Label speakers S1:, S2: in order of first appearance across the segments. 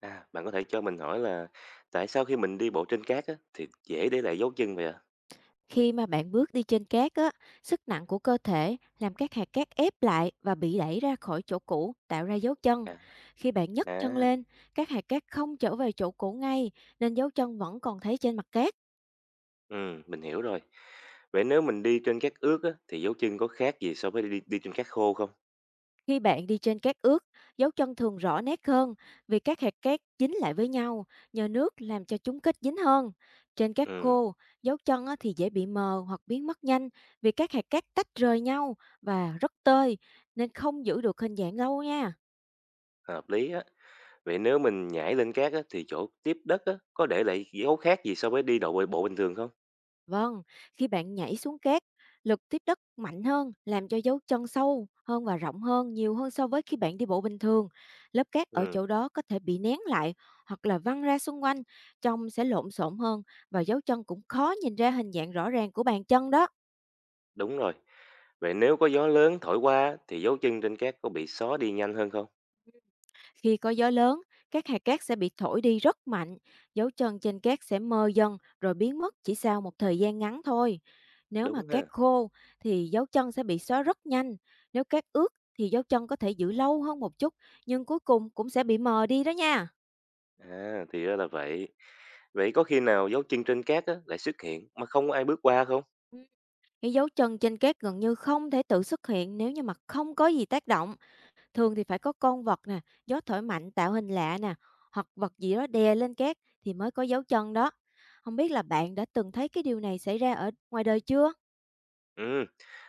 S1: À, bạn có thể cho mình hỏi là tại sao khi mình đi bộ trên cát á, thì dễ để lại dấu chân vậy ạ?
S2: Khi mà bạn bước đi trên cát á, sức nặng của cơ thể làm các hạt cát ép lại và bị đẩy ra khỏi chỗ cũ, tạo ra dấu chân.
S1: À,
S2: Khi bạn nhấc chân
S1: à,
S2: lên, các hạt cát không trở về chỗ cũ ngay, nên dấu chân vẫn còn thấy trên mặt cát.
S1: ừ, mình hiểu rồi. Vậy nếu mình đi trên cát ướt á, thì dấu chân có khác gì so với đi trên cát khô không?
S2: Khi bạn đi trên cát ướt, dấu chân thường rõ nét hơn vì các hạt cát dính lại với nhau, nhờ nước làm cho chúng kết dính hơn. Trên cát
S1: Ừ,
S2: khô, dấu chân á thì dễ bị mờ hoặc biến mất nhanh vì các hạt cát tách rời nhau và rất tơi nên không giữ được hình dạng lâu nha.
S1: hợp lý á. Vậy nếu mình nhảy lên cát á, thì chỗ tiếp đất á, có để lại dấu khác gì so với đi độ bộ bộ bình thường không?
S2: Vâng, khi bạn nhảy xuống cát, lực tiếp đất mạnh hơn làm cho dấu chân sâu hơn và rộng hơn nhiều hơn so với khi bạn đi bộ bình thường. Lớp cát ở
S1: Ừ,
S2: chỗ đó có thể bị nén lại hoặc là văng ra xung quanh, trông sẽ lộn xộn hơn và dấu chân cũng khó nhìn ra hình dạng rõ ràng của bàn chân đó.
S1: đúng rồi. Vậy nếu có gió lớn thổi qua á, thì dấu chân trên cát có bị xóa đi nhanh hơn không?
S2: Khi có gió lớn, các hạt cát sẽ bị thổi đi rất mạnh, dấu chân trên cát sẽ mờ dần rồi biến mất chỉ sau một thời gian ngắn thôi. Nếu mà
S1: Đúng
S2: cát
S1: ha.
S2: khô thì dấu chân sẽ bị xóa rất nhanh, nếu cát ướt thì dấu chân có thể giữ lâu hơn một chút nhưng cuối cùng cũng sẽ bị mờ đi đó nha.
S1: À, thì ra là vậy. Vậy có khi nào dấu chân trên cát á, lại xuất hiện mà không có ai bước qua không?
S2: Ừ, cái dấu chân trên cát gần như không thể tự xuất hiện nếu như mà không có gì tác động. Thường thì phải có con vật nè, gió thổi mạnh tạo hình lạ nè, hoặc vật gì đó đè lên cát thì mới có dấu chân đó. Không biết là bạn đã từng thấy cái điều này xảy ra ở ngoài đời chưa?
S1: Ừ,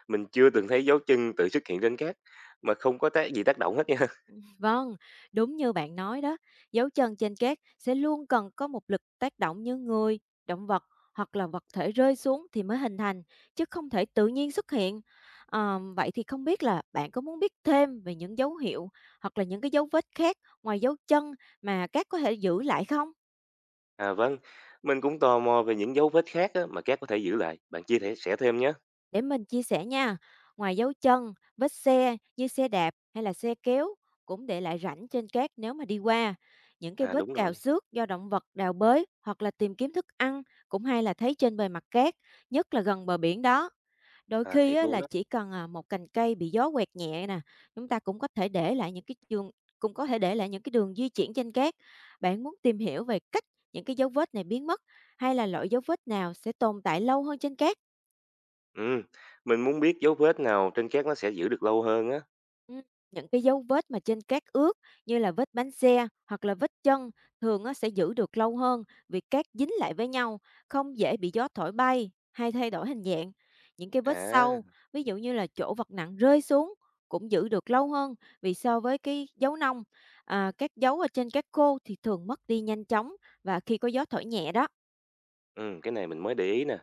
S1: mình chưa từng thấy dấu chân tự xuất hiện trên cát mà không có tác gì tác động hết nha.
S2: Vâng, đúng như bạn nói đó, dấu chân trên cát sẽ luôn cần có một lực tác động như người, động vật hoặc là vật thể rơi xuống thì mới hình thành, chứ không thể tự nhiên xuất hiện. À, vậy thì không biết là bạn có muốn biết thêm về những dấu hiệu hoặc là những cái dấu vết khác ngoài dấu chân mà cát có thể giữ lại không?
S1: À vâng, mình cũng tò mò về những dấu vết khác á, mà cát có thể giữ lại. Bạn chia thể sẻ thêm nhé.
S2: Để mình chia sẻ nha, ngoài dấu chân, vết xe như xe đạp hay là xe kéo cũng để lại rãnh trên cát nếu mà đi qua. Những cái
S1: À
S2: vết
S1: đúng
S2: cào
S1: rồi,
S2: xước do động vật đào bới hoặc là tìm kiếm thức ăn cũng hay là thấy trên bề mặt cát, nhất là gần bờ biển đó. Đôi
S1: à
S2: khi
S1: thiệt
S2: á,
S1: luôn
S2: là
S1: đó.
S2: chỉ cần một cành cây bị gió quẹt nhẹ nè, chúng ta cũng có thể để lại những cái đường cũng có thể để lại những cái đường di chuyển trên cát. Bạn muốn tìm hiểu về cách những cái dấu vết này biến mất hay là loại dấu vết nào sẽ tồn tại lâu hơn trên cát?
S1: Ừ, mình muốn biết dấu vết nào trên cát nó sẽ giữ được lâu hơn á.
S2: Ừm, những cái dấu vết mà trên cát ướt như là vết bánh xe hoặc là vết chân thường á, sẽ giữ được lâu hơn vì cát dính lại với nhau, không dễ bị gió thổi bay hay thay đổi hình dạng. Những cái vết
S1: À,
S2: sâu, ví dụ như là chỗ vật nặng rơi xuống cũng giữ được lâu hơn vì so với cái dấu nông, các dấu ở trên cát khô thì thường mất đi nhanh chóng và khi có gió thổi nhẹ đó.
S1: ừ, cái này mình mới để ý nè.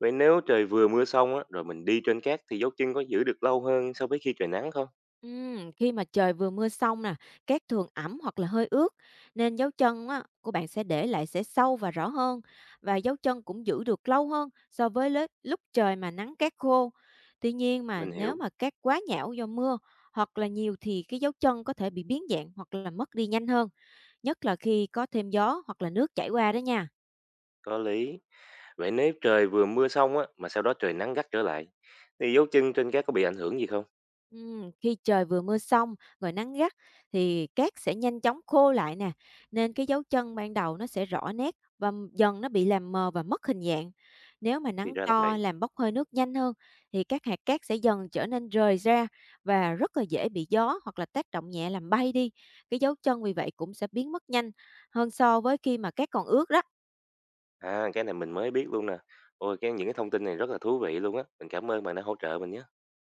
S1: Vậy nếu trời vừa mưa xong á, rồi mình đi trên cát thì dấu chân có giữ được lâu hơn so với khi trời nắng không?
S2: Khi mà trời vừa mưa xong nè, cát thường ẩm hoặc là hơi ướt nên dấu chân á, của bạn sẽ để lại sẽ sâu và rõ hơn và dấu chân cũng giữ được lâu hơn so với lúc trời mà nắng cát khô. Tuy nhiên mà
S1: Mình
S2: nếu
S1: hiểu,
S2: mà cát quá nhão do mưa hoặc là nhiều thì cái dấu chân có thể bị biến dạng hoặc là mất đi nhanh hơn, nhất là khi có thêm gió hoặc là nước chảy qua đó nha.
S1: có lý. Vậy nếu trời vừa mưa xong á, mà sau đó trời nắng gắt trở lại, thì dấu chân trên cát có bị ảnh hưởng gì không?
S2: Khi trời vừa mưa xong, rồi nắng gắt thì cát sẽ nhanh chóng khô lại nè, nên cái dấu chân ban đầu nó sẽ rõ nét và dần nó bị làm mờ và mất hình dạng. Nếu mà
S1: Thì
S2: nắng
S1: ra là
S2: to
S1: vậy.
S2: làm bốc hơi nước nhanh hơn thì các hạt cát sẽ dần trở nên rời ra và rất là dễ bị gió hoặc là tác động nhẹ làm bay đi. Cái dấu chân vì vậy cũng sẽ biến mất nhanh hơn so với khi mà cát còn ướt đó.
S1: À, cái này mình mới biết luôn nè. Ôi, cái những cái thông tin này rất là thú vị luôn á. Mình cảm ơn bạn đã hỗ trợ mình nhé.